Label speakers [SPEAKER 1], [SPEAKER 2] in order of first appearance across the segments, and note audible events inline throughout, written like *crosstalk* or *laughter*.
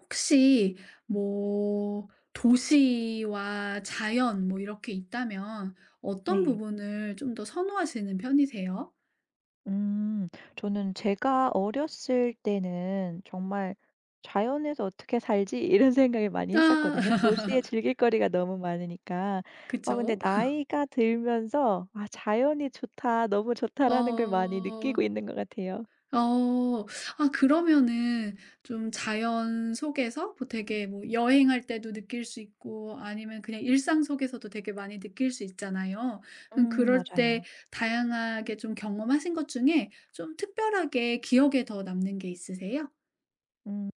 [SPEAKER 1] 혹시 뭐 도시와 자연 뭐 이렇게 있다면 어떤
[SPEAKER 2] 네.
[SPEAKER 1] 부분을 좀 더 선호하시는 편이세요?
[SPEAKER 2] 음. 저는 제가 어렸을 때는 정말 '자연에서 어떻게 살지?' *laughs* 이런 생각을 많이
[SPEAKER 1] 아.
[SPEAKER 2] 했었거든요. 도시에
[SPEAKER 1] *laughs*
[SPEAKER 2] 즐길 거리가 너무 많으니까. 근데
[SPEAKER 1] 그쵸.
[SPEAKER 2] 나이가 들면서 '아 자연이 좋다. 너무 좋다.'라는 걸 많이 느끼고
[SPEAKER 1] 어.
[SPEAKER 2] 있는 것 같아요.
[SPEAKER 1] 어. 아 그러면은 좀 자연 속에서 뭐 되게 뭐 여행할 때도 느낄 수 있고 아니면 그냥 일상 속에서도 되게 많이 느낄 수 있잖아요. 그럴 때
[SPEAKER 2] 맞아요.
[SPEAKER 1] 다양하게 좀 경험하신 것 중에 좀 특별하게 기억에 더 남는 게 있으세요?
[SPEAKER 2] 음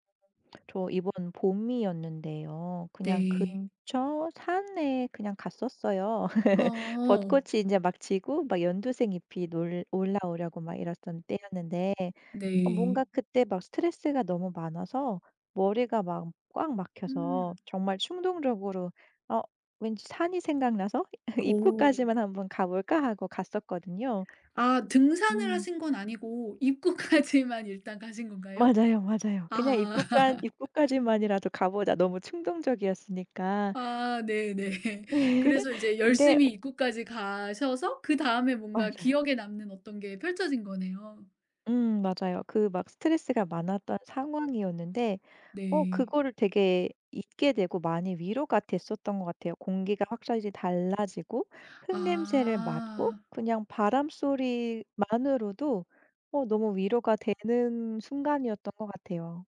[SPEAKER 2] 저 이번 봄이었는데요. 그냥
[SPEAKER 1] 네.
[SPEAKER 2] 근처 산에 그냥 갔었어요. *laughs*
[SPEAKER 1] 어
[SPEAKER 2] 벚꽃이 이제 막 지고 막 연두색 잎이 놀 올라오려고 막 이랬던 때였는데
[SPEAKER 1] 네.
[SPEAKER 2] 뭔가 그때 막 스트레스가 너무 많아서 머리가 막 꽉 막혀서
[SPEAKER 1] 음.
[SPEAKER 2] 정말 충동적으로 '어 왠지 산이 생각나서 *laughs*
[SPEAKER 1] 오.
[SPEAKER 2] 입구까지만 한번 가 볼까?' 하고 갔었거든요.
[SPEAKER 1] 아 등산을
[SPEAKER 2] 음.
[SPEAKER 1] 하신 건 아니고 입구까지만 일단 가신 건가요?
[SPEAKER 2] 맞아요, 맞아요. 그냥
[SPEAKER 1] 아.
[SPEAKER 2] 입구간 *laughs*
[SPEAKER 1] *laughs*
[SPEAKER 2] '입구까지만이라도 가 보자.' 너무 충동적이었으니까.
[SPEAKER 1] 아 네네.
[SPEAKER 2] *laughs*
[SPEAKER 1] 그래서 이제
[SPEAKER 2] 근데
[SPEAKER 1] 열심히 입구까지 가셔서 그다음에 뭔가
[SPEAKER 2] 맞아요.
[SPEAKER 1] 기억에 남는 어떤 게 펼쳐진 거네요.
[SPEAKER 2] 맞아요. 그 막 스트레스가 많았던 상황이었는데
[SPEAKER 1] 네.
[SPEAKER 2] 그거를 되게 잊게 되고 많이 위로가 됐었던 것 같아요. 공기가 확실히 달라지고 흙냄새를 맡고
[SPEAKER 1] 아.
[SPEAKER 2] 그냥 바람 소리만으로도 너무 위로가 되는 순간이었던 것 같아요.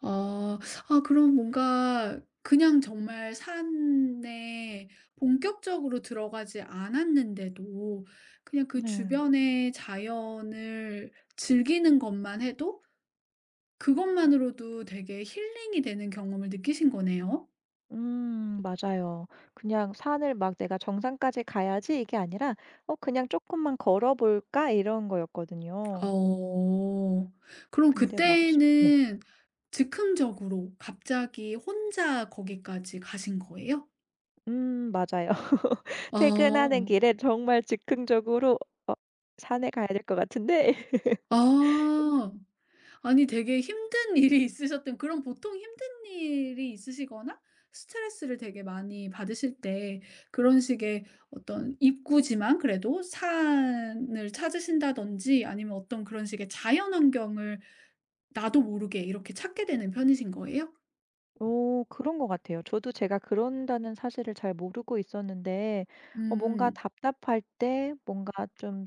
[SPEAKER 1] 아. 아 그럼 뭔가 그냥 정말 산에 본격적으로 들어가지 않았는데도 그냥 그
[SPEAKER 2] 네.
[SPEAKER 1] 주변의 자연을 즐기는 것만 해도 그것만으로도 되게 힐링이 되는 경험을 느끼신 거네요?
[SPEAKER 2] 맞아요. 그냥 산을 막 '내가 정상까지 가야지.' 이게 아니라 그냥 조금만 걸어 볼까?' 이런 거였거든요.
[SPEAKER 1] 어. 그럼
[SPEAKER 2] 근데 막 쉽 네.
[SPEAKER 1] 그때는 즉흥적으로 갑자기 혼자 거기까지 가신 거예요?
[SPEAKER 2] 맞아요. *laughs* 퇴근하는
[SPEAKER 1] 어.
[SPEAKER 2] 길에 정말 즉흥적으로 '어 산에 가야 될 것 같은데.' *laughs*
[SPEAKER 1] 아. 아니 되게 힘든 일이 *laughs* 있으셨던 그런 보통 힘든 일이 있으시거나 스트레스를 되게 많이 받으실 때 그런 식의 어떤 입구지만 그래도 산을 찾으신다든지 아니면 어떤 그런 식의 자연 환경을 나도 모르게 이렇게 찾게 되는 편이신 거예요?
[SPEAKER 2] 오 그런 것 같아요. 저도 제가 그런다는 사실을 잘 모르고 있었는데 뭔가
[SPEAKER 1] 음.
[SPEAKER 2] 답답할 때 뭔가 좀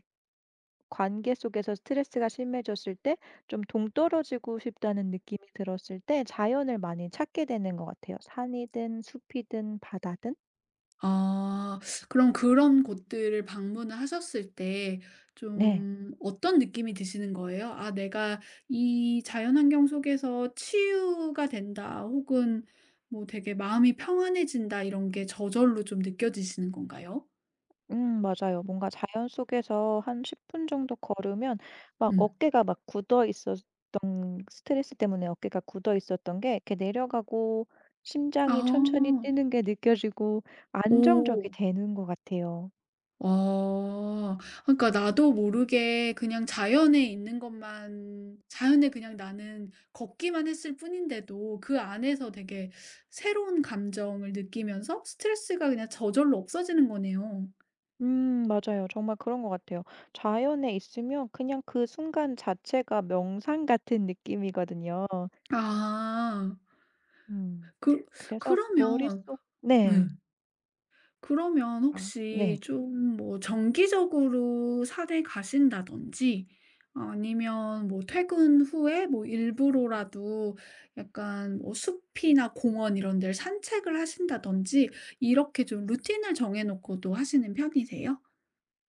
[SPEAKER 2] 관계 속에서 스트레스가 심해졌을 때 좀 동떨어지고 싶다는 느낌이 들었을 때 자연을 많이 찾게 되는 것 같아요. 산이든 숲이든 바다든.
[SPEAKER 1] 아. 그럼 그런 곳들을 방문을 하셨을 때
[SPEAKER 2] 네.
[SPEAKER 1] 좀 어떤 느낌이 드시는 거예요? '아 내가 이 자연 환경 속에서 치유가 된다.' 혹은 뭐 '되게 마음이 평안해진다.' 이런 게 저절로 좀 느껴지시는 건가요?
[SPEAKER 2] 맞아요. 뭔가 자연 속에서 한 10분 정도 걸으면 막
[SPEAKER 1] 음.
[SPEAKER 2] 어깨가 막 굳어 있었던 스트레스 때문에 어깨가 굳어 있었던 게 이렇게 내려가고 심장이 천천히
[SPEAKER 1] 아.
[SPEAKER 2] 뛰는 게 느껴지고 안정적이
[SPEAKER 1] 오.
[SPEAKER 2] 되는 것 같아요.
[SPEAKER 1] 어. 그러니까 나도 모르게 그냥 자연에 있는 것만 자연에 그냥 나는 걷기만 했을 뿐인데도 그 안에서 되게 새로운 감정을 느끼면서 스트레스가 그냥 저절로 없어지는 거네요.
[SPEAKER 2] 맞아요. 정말 그런 것 같아요. 자연에 있으면 그냥 그 순간 자체가 명상 같은 느낌이거든요.
[SPEAKER 1] 아.
[SPEAKER 2] 음.
[SPEAKER 1] 그
[SPEAKER 2] 그래서
[SPEAKER 1] 그러면
[SPEAKER 2] 머릿속 네.
[SPEAKER 1] 예. 그러면
[SPEAKER 2] 아
[SPEAKER 1] 혹시
[SPEAKER 2] 네.
[SPEAKER 1] 좀 뭐 정기적으로 산에 가신다든지 아니면 뭐 퇴근 후에 뭐 일부러라도 약간 뭐 숲이나 공원 이런 데를 산책을 하신다든지 이렇게 좀 루틴을 정해 놓고도 하시는 편이세요?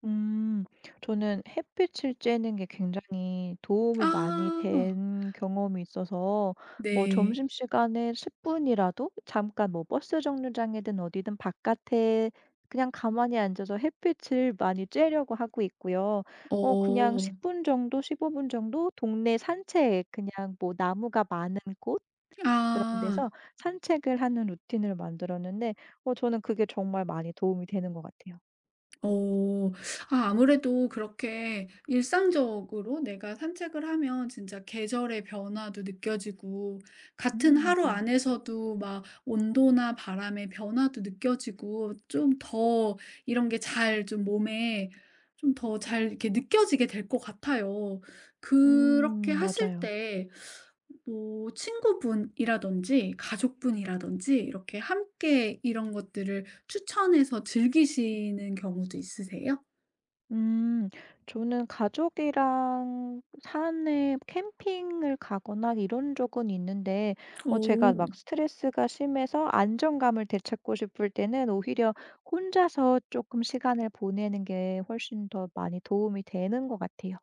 [SPEAKER 2] 음. 저는 햇빛을 쬐는 게 굉장히 도움이 많이
[SPEAKER 1] 아.
[SPEAKER 2] 된 경험이 있어서
[SPEAKER 1] 네.
[SPEAKER 2] 점심시간에 10 분이라도 잠깐 뭐 버스 정류장이든 어디든 바깥에 그냥 가만히 앉아서 햇빛을 많이 쬐려고 하고 있고요. 그냥
[SPEAKER 1] 어.
[SPEAKER 2] 10분 정도 15분 정도 동네 산책 그냥 뭐 나무가 많은 곳 그런
[SPEAKER 1] 아.
[SPEAKER 2] 데서 산책을 하는 루틴을 만들었는데 저는 그게 정말 많이 도움이 되는 것 같아요.
[SPEAKER 1] 어. 아 아무래도 그렇게 일상적으로 내가 산책을 하면 진짜 계절의 변화도 느껴지고 같은 하루
[SPEAKER 2] 맞아요.
[SPEAKER 1] 안에서도 막 온도나 바람의 변화도 느껴지고 좀 더 이런 게 잘 좀 몸에 좀 더 잘 이렇게 느껴지게 될 것 같아요. 그렇게 하실
[SPEAKER 2] 맞아요.
[SPEAKER 1] 때 뭐 친구분이라든지 가족분이라든지 이렇게 함께 이런 것들을 추천해서 즐기시는 경우도 있으세요?
[SPEAKER 2] 음 저는 가족이랑 산에 캠핑을 가거나 이런 적은 있는데 제가
[SPEAKER 1] 오.
[SPEAKER 2] 막 스트레스가 심해서 안정감을 되찾고 싶을 때는 오히려 혼자서 조금 시간을 보내는 게 훨씬 더 많이 도움이 되는 것 같아요.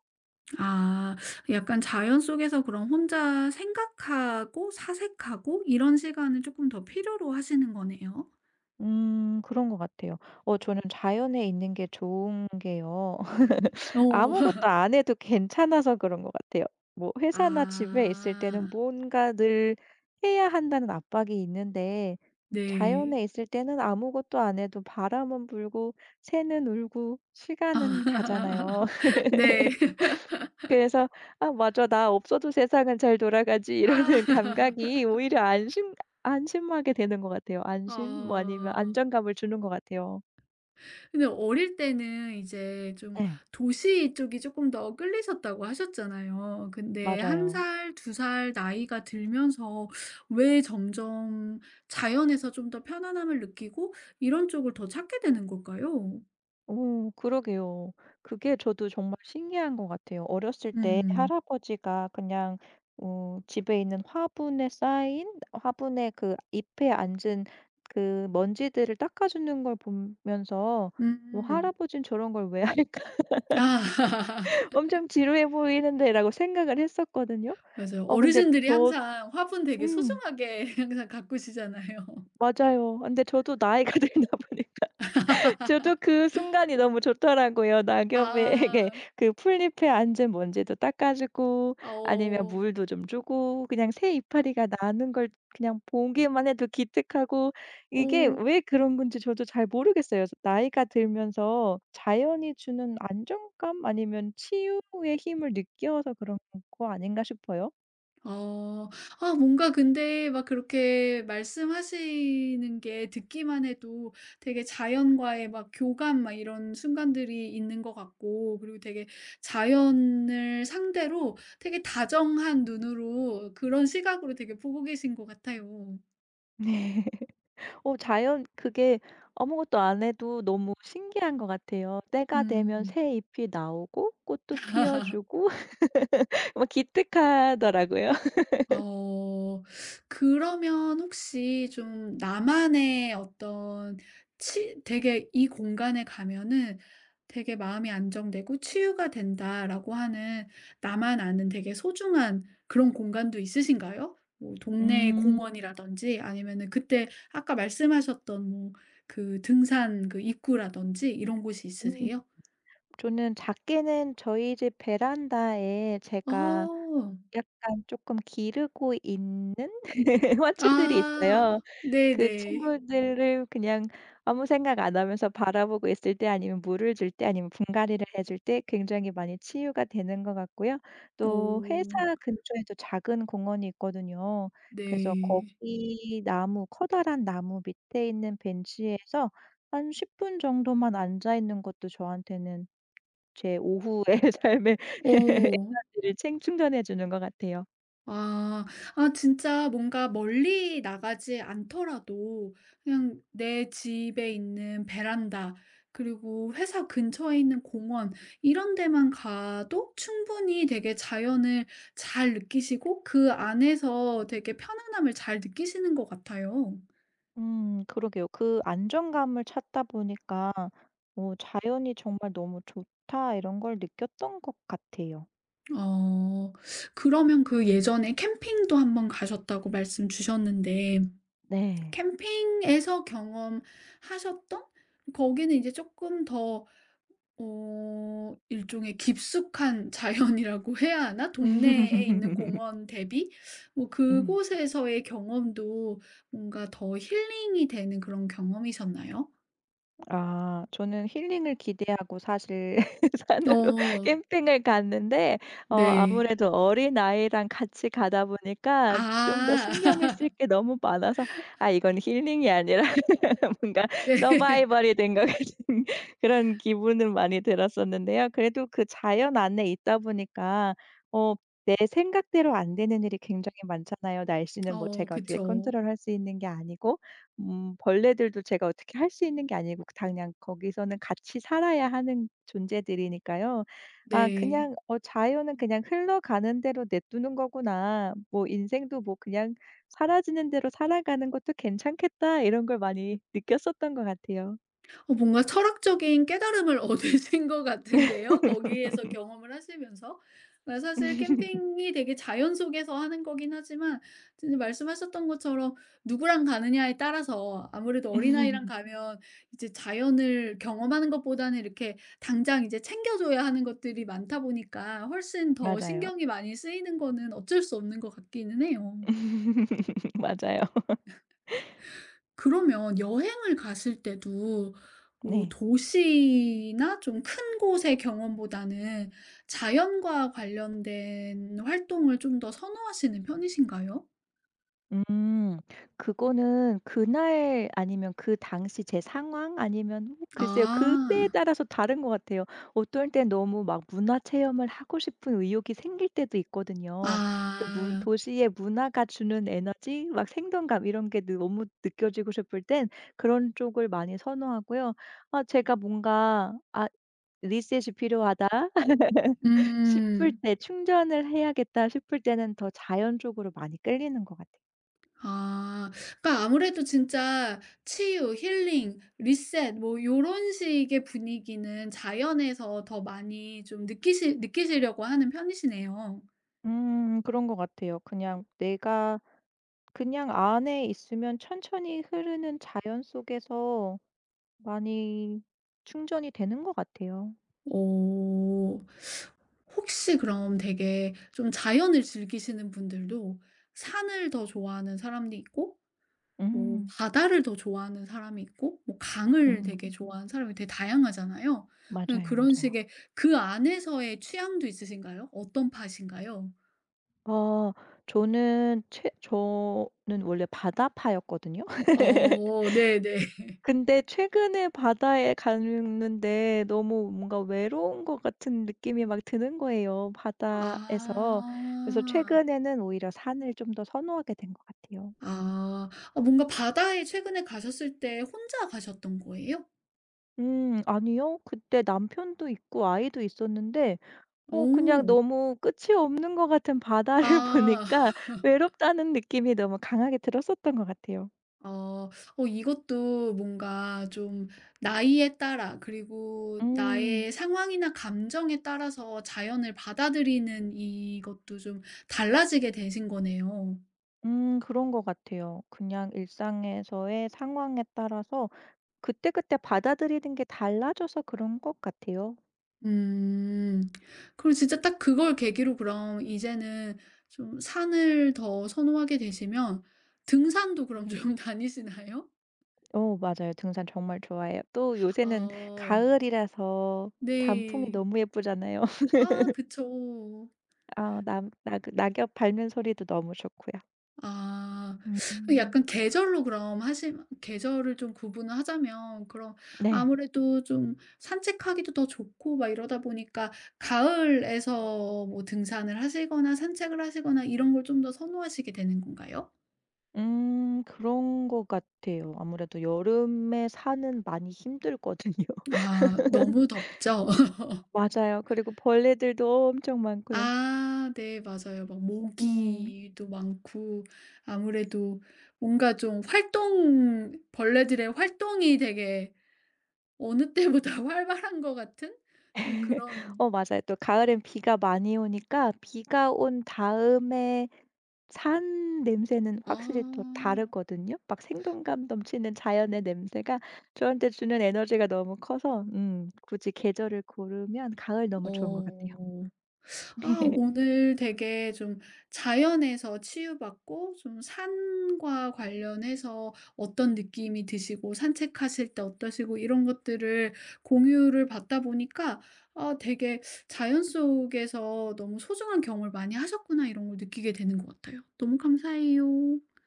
[SPEAKER 1] 아 약간 자연 속에서 그럼 혼자 생각하고 사색하고 이런 시간을 조금 더 필요로 하시는 거네요.
[SPEAKER 2] 그런 것 같아요. 저는 자연에 있는 게 좋은 게요.
[SPEAKER 1] 어. *laughs*
[SPEAKER 2] 아무것도 안 해도 괜찮아서 그런 것 같아요. 뭐 회사나 집에 있을 때는
[SPEAKER 1] 아.
[SPEAKER 2] 뭔가 늘 해야 한다는 압박이 있는데
[SPEAKER 1] 네.
[SPEAKER 2] 자연에 있을 때는 아무것도 안 해도 바람은 불고 새는 울고 시간은
[SPEAKER 1] 아.
[SPEAKER 2] 가잖아요. *laughs*
[SPEAKER 1] *laughs* 네. *laughs*
[SPEAKER 2] 그래서 '아 맞아. 나 없어도 세상은 잘 돌아가지.'
[SPEAKER 1] 아.
[SPEAKER 2] *laughs* 이러는 감각이
[SPEAKER 1] *laughs*
[SPEAKER 2] 오히려 안심하게 되는 것 같아요. 안심 뭐 아니면
[SPEAKER 1] 어.
[SPEAKER 2] 안정감을 주는 것 같아요.
[SPEAKER 1] 근데 어릴 때는 이제 좀
[SPEAKER 2] 네.
[SPEAKER 1] 도시 쪽이 조금 더 끌리셨다고 하셨잖아요. 근데 한
[SPEAKER 2] 맞아요.
[SPEAKER 1] 살, 두 살 나이가 들면서 왜 점점 자연에서 좀 더 편안함을 느끼고 이런 쪽을 더 찾게 되는 걸까요?
[SPEAKER 2] 오 그러게요. 그게 저도 정말 신기한 것 같아요. 어렸을 때
[SPEAKER 1] 음.
[SPEAKER 2] 할아버지가 그냥 집에 있는 화분에 그 잎에 앉은 그 먼지들을 닦아 주는 걸 보면서 '뭐
[SPEAKER 1] 음.
[SPEAKER 2] 할아버지는 저런 걸 왜 할까?
[SPEAKER 1] 아.
[SPEAKER 2] *laughs*
[SPEAKER 1] *laughs*
[SPEAKER 2] 엄청 지루해 보이는데.'라고 생각을 했었거든요.
[SPEAKER 1] 맞아요.
[SPEAKER 2] 어 근데
[SPEAKER 1] 어르신들이
[SPEAKER 2] 저
[SPEAKER 1] 항상 화분 되게
[SPEAKER 2] 음
[SPEAKER 1] 소중하게 *laughs* 항상 가꾸시잖아요.
[SPEAKER 2] 맞아요. 근데 저도 나이가 *laughs* 들나 보네요. 저도
[SPEAKER 1] *laughs*
[SPEAKER 2] 그 순간이 너무 좋더라고요. 낙엽에 이게
[SPEAKER 1] 아.
[SPEAKER 2] 그 풀잎에 앉은 먼지도 닦아 주고
[SPEAKER 1] 아
[SPEAKER 2] 아니면
[SPEAKER 1] 어.
[SPEAKER 2] 물도 좀 주고 그냥 새 이파리가 나는 걸 그냥 보기만 해도 기특하고
[SPEAKER 1] 어.
[SPEAKER 2] 이게 왜 그런 건지 저도 잘 모르겠어요. 나이가 들면서 자연이 주는 안정감 아니면 치유의 힘을 느껴서 그런 거 아닌가 싶어요.
[SPEAKER 1] 어. 아 뭔가 근데 막 그렇게 말씀하시는 게 듣기만 해도 되게 자연과의 막 교감 막 이런 순간들이 있는 것 같고 그리고 되게 자연을 상대로 되게 다정한 눈으로 그런 시각으로 되게 보고 계신 것 같아요.
[SPEAKER 2] 자연 그게 아무것도 안 해도 너무 신기한 것 같아요. 때가 되면
[SPEAKER 1] 음.
[SPEAKER 2] 새 잎이 나오고 꽃도 피어 주고 *laughs* 막 기특하더라고요. *laughs*
[SPEAKER 1] 어. 그러면 혹시 좀 나만의 어떤 치 되게 '이 공간에 가면은 되게 마음이 안정되고 치유가 된다.'라고 하는 나만 아는 되게 소중한 그런 공간도 있으신가요? 뭐 동네
[SPEAKER 2] 음.
[SPEAKER 1] 공원이라든지 아니면은 그때 아까 말씀하셨던 뭐 그 등산 그 입구라든지 이런 곳이
[SPEAKER 2] 음.
[SPEAKER 1] 있으세요?
[SPEAKER 2] 저는 작게는 저희 집 베란다에 제가
[SPEAKER 1] 어.
[SPEAKER 2] 약간 조금 기르고 있는 *laughs* 화초들이
[SPEAKER 1] 아.
[SPEAKER 2] 있어요. 그
[SPEAKER 1] 네네.
[SPEAKER 2] 친구들을 그냥 아무 생각 안 하면서 바라보고 있을 때 아니면 물을 줄 때 아니면 분갈이를 해줄 때 굉장히 많이 치유가 되는 것 같고요.
[SPEAKER 1] 오
[SPEAKER 2] 또 회사 근처에도 작은 공원이 있거든요. 그래서
[SPEAKER 1] 네.
[SPEAKER 2] 거기 나무 커다란 나무 밑에 있는 벤치에서 한 10분 정도만 앉아 있는 것도 저한테는 제 오후의 *laughs* 삶의 *laughs*
[SPEAKER 1] 오.
[SPEAKER 2] 에너지를 챙 충전해 주는 것 같아요.
[SPEAKER 1] 아. 아 진짜 뭔가 멀리 나가지 않더라도 그냥 내 집에 있는 베란다 그리고 회사 근처에 있는 공원 이런 데만 가도 충분히 되게 자연을 잘 느끼시고 그 안에서 되게 편안함을 잘 느끼시는 것 같아요.
[SPEAKER 2] 그러게요. 그 안정감을 찾다 보니까 '자연이 정말 너무 좋다.' 이런 걸 느꼈던 것 같아요.
[SPEAKER 1] 어. 그러면 그 예전에 캠핑도 한번 가셨다고 말씀 주셨는데
[SPEAKER 2] 네.
[SPEAKER 1] 캠핑에서 경험하셨던 거기는 이제 쪼끔 더 어 일종의 깊숙한 *laughs* 자연이라고 해야 하나? 동네에 있는
[SPEAKER 2] *laughs*
[SPEAKER 1] 공원 대비 뭐
[SPEAKER 2] 음.
[SPEAKER 1] 그곳에서의 경험도 뭔가 더 힐링이 되는 그런 경험이셨나요?
[SPEAKER 2] 아 저는 힐링을 기대하고 사실 *laughs* 산으로 *laughs*
[SPEAKER 1] 어
[SPEAKER 2] 캠핑을 갔는데
[SPEAKER 1] 네.
[SPEAKER 2] 아무래도 어린아이랑 같이 가다 보니까 좀 더
[SPEAKER 1] 아.
[SPEAKER 2] 신경을 쓸
[SPEAKER 1] *laughs*
[SPEAKER 2] 게 너무 많아서 '아 이건 힐링이 아니라' *laughs* 뭔가
[SPEAKER 1] 네.
[SPEAKER 2] 서바이벌이 된 것 같은 *laughs* 그런 기분은 많이 들었었는데요. 그래도 그 자연 안에 있다 보니까 어 내 생각대로 안 되는 일이 굉장히 많잖아요. 날씨는 뭐
[SPEAKER 1] 어
[SPEAKER 2] 제가 어떻게
[SPEAKER 1] 그쵸.
[SPEAKER 2] 컨트롤할 수 있는 게 아니고 벌레들도 제가 어떻게 할 수 있는 게 아니고 당장 거기서는 같이 살아야 하는 존재들이니까요. 아
[SPEAKER 1] 네.
[SPEAKER 2] 그냥 자연은 그냥 흘러가는 대로 내 두는 거구나. 뭐 인생도 뭐 그냥 사라지는 대로 살아가는 것도 괜찮겠다.' 이런 걸 많이 느꼈었던 것 같아요.
[SPEAKER 1] 어 뭔가 철학적인 깨달음을 *laughs* 얻으신 것 같은데요. 거기에서 경험을 하시면서. 그러니까 사실
[SPEAKER 2] *laughs*
[SPEAKER 1] 캠핑이 되게 자연 속에서 하는 거긴 하지만 진짜 말씀하셨던 것처럼 누구랑 가느냐에 따라서 아무래도 어린아이랑 가면 이제 자연을 경험하는 것보다는 이렇게 당장 이제 챙겨줘야 하는 것들이 많다 보니까 훨씬 더
[SPEAKER 2] 맞아요.
[SPEAKER 1] 신경이 많이 쓰이는 거는 어쩔 수 없는 것 같기는 해요.
[SPEAKER 2] *laughs* 맞아요.
[SPEAKER 1] 그러면 여행을 갔을 때도 뭐
[SPEAKER 2] 네.
[SPEAKER 1] 도시나 좀 큰 곳의 경험보다는 자연과 관련된 활동을 좀 더 선호하시는 편이신가요?
[SPEAKER 2] 음. 그거는 그날 아니면 그 당시 제 상황 아니면 글쎄요. 그때에
[SPEAKER 1] 아.
[SPEAKER 2] 따라서 다른 것 같아요. 어떨 땐 너무 막 문화 체험을 하고 싶은 의욕이 생길 때도 있거든요. 그 문
[SPEAKER 1] 아.
[SPEAKER 2] 도시의 문화가 주는 에너지 막 생동감 이런 게 너무 느껴지고 싶을 땐 그런 쪽을 많이 선호하고요. 아 제가 뭔가 '아 리셋이 필요하다.' *laughs* 싶을
[SPEAKER 1] 음.
[SPEAKER 2] 때 '충전을 해야겠다.' 싶을 때는 더 자연 쪽으로 많이 끌리는 것 같아요.
[SPEAKER 1] 아. 그러니까 아무래도 진짜 치유, 힐링, 리셋 뭐 요런 식의 분위기는 자연에서 더 많이 좀 느끼시려고 하는 편이시네요.
[SPEAKER 2] 그런 것 같아요. 그냥 내가 그냥 안에 있으면 천천히 흐르는 자연 속에서 많이 충전이 되는 것 같아요.
[SPEAKER 1] 어. 혹시 그럼 되게 좀 자연을 즐기시는 분들도 산을 더 좋아하는 사람도 있고 뭐
[SPEAKER 2] 음.
[SPEAKER 1] 바다를 더 좋아하는 사람이 있고 뭐 강을
[SPEAKER 2] 음.
[SPEAKER 1] 되게 좋아하는 사람이 되게 다양하잖아요. 그냥
[SPEAKER 2] 맞아요,
[SPEAKER 1] 그런
[SPEAKER 2] 맞아요.
[SPEAKER 1] 식의 그 안에서의 취향도 있으신가요? 어떤 파신가요?
[SPEAKER 2] 아 저는 원래 바다파였거든요. *laughs*
[SPEAKER 1] 어 네네.
[SPEAKER 2] 근데 최근에 바다에 갔는데 너무 뭔가 외로운 것 같은 느낌이 막 드는 거예요 바다에서. 그래서
[SPEAKER 1] 아.
[SPEAKER 2] 최근에는 오히려 산을 좀 더 선호하게 된 것 같아요.
[SPEAKER 1] 아. 아 뭔가 바다에 최근에 가셨을 때 혼자 가셨던 거예요?
[SPEAKER 2] 아니요. 그때 남편도 있고 아이도 있었는데 그냥
[SPEAKER 1] 어.
[SPEAKER 2] 너무 끝이 없는 것 같은 바다를 *laughs*
[SPEAKER 1] 아.
[SPEAKER 2] 보니까 외롭다는 느낌이 너무 강하게 들었었던 것 같아요.
[SPEAKER 1] 어. 어 이것도 뭔가 좀 나이에 따라 그리고
[SPEAKER 2] 음.
[SPEAKER 1] 나의 상황이나 감정에 따라서 자연을 받아들이는 이것도 좀 달라지게 되신 거네요.
[SPEAKER 2] 그런 것 같아요. 그냥 일상에서의 상황에 따라서 그때그때 받아들이는 게 달라져서 그런 것 같아요.
[SPEAKER 1] 음. 그럼 진짜 딱 그걸 계기로 그럼 이제는 좀 산을 더 선호하게 되시면 등산도 그럼 좀 *laughs* 다니시나요?
[SPEAKER 2] 맞아요. 등산 정말 좋아해요. 또 요새는
[SPEAKER 1] 어,
[SPEAKER 2] 가을이라서 단풍이
[SPEAKER 1] 네.
[SPEAKER 2] 너무 예쁘잖아요. *laughs*
[SPEAKER 1] 아 그쵸.
[SPEAKER 2] 아낙나 낙엽 밟는 소리도 너무 좋고요.
[SPEAKER 1] 아. 그
[SPEAKER 2] 음.
[SPEAKER 1] 약간 계절로 그럼 하시면 계절을 좀 구분을 하자면 그럼
[SPEAKER 2] 네.
[SPEAKER 1] 아무래도 좀 산책하기도 더 좋고 막 이러다 보니까 가을에서 뭐 등산을 하시거나 산책을 하시거나 이런 걸 좀 더 선호하시게 되는 건가요?
[SPEAKER 2] 그런 것 같아요. 아무래도 여름에 산은 많이 힘들거든요. *laughs*
[SPEAKER 1] 아 너무 덥죠? *laughs*
[SPEAKER 2] 맞아요. 그리고 벌레들도 엄청 많고요.
[SPEAKER 1] 아 네 맞아요. 막
[SPEAKER 2] 음.
[SPEAKER 1] 모기도 많고 아무래도 뭔가 좀 활동 벌레들의 활동이 되게 어느 때보다 *laughs* 활발한 것 같은 좀
[SPEAKER 2] *laughs*
[SPEAKER 1] 그런
[SPEAKER 2] 맞아요. 또 가을엔 비가 많이 오니까 비가 온 다음에 산 냄새는
[SPEAKER 1] 아.
[SPEAKER 2] 확실히 또 다르거든요. 막 생동감 넘치는 자연의 냄새가 저한테 주는 에너지가 너무 커서 굳이 계절을 고르면 가을 너무 좋은 것 같아요.
[SPEAKER 1] 어. 아
[SPEAKER 2] *laughs*
[SPEAKER 1] 오늘 되게 좀 자연에서 치유받고 좀 산과 관련해서 어떤 느낌이 드시고 산책하실 때 어떠시고 이런 것들을 공유를 받다 보니까 아 되게 '자연 속에서 너무 소중한 경험을 많이 하셨구나.' 이런 걸 느끼게 되는 것 같아요. 너무 감사해요.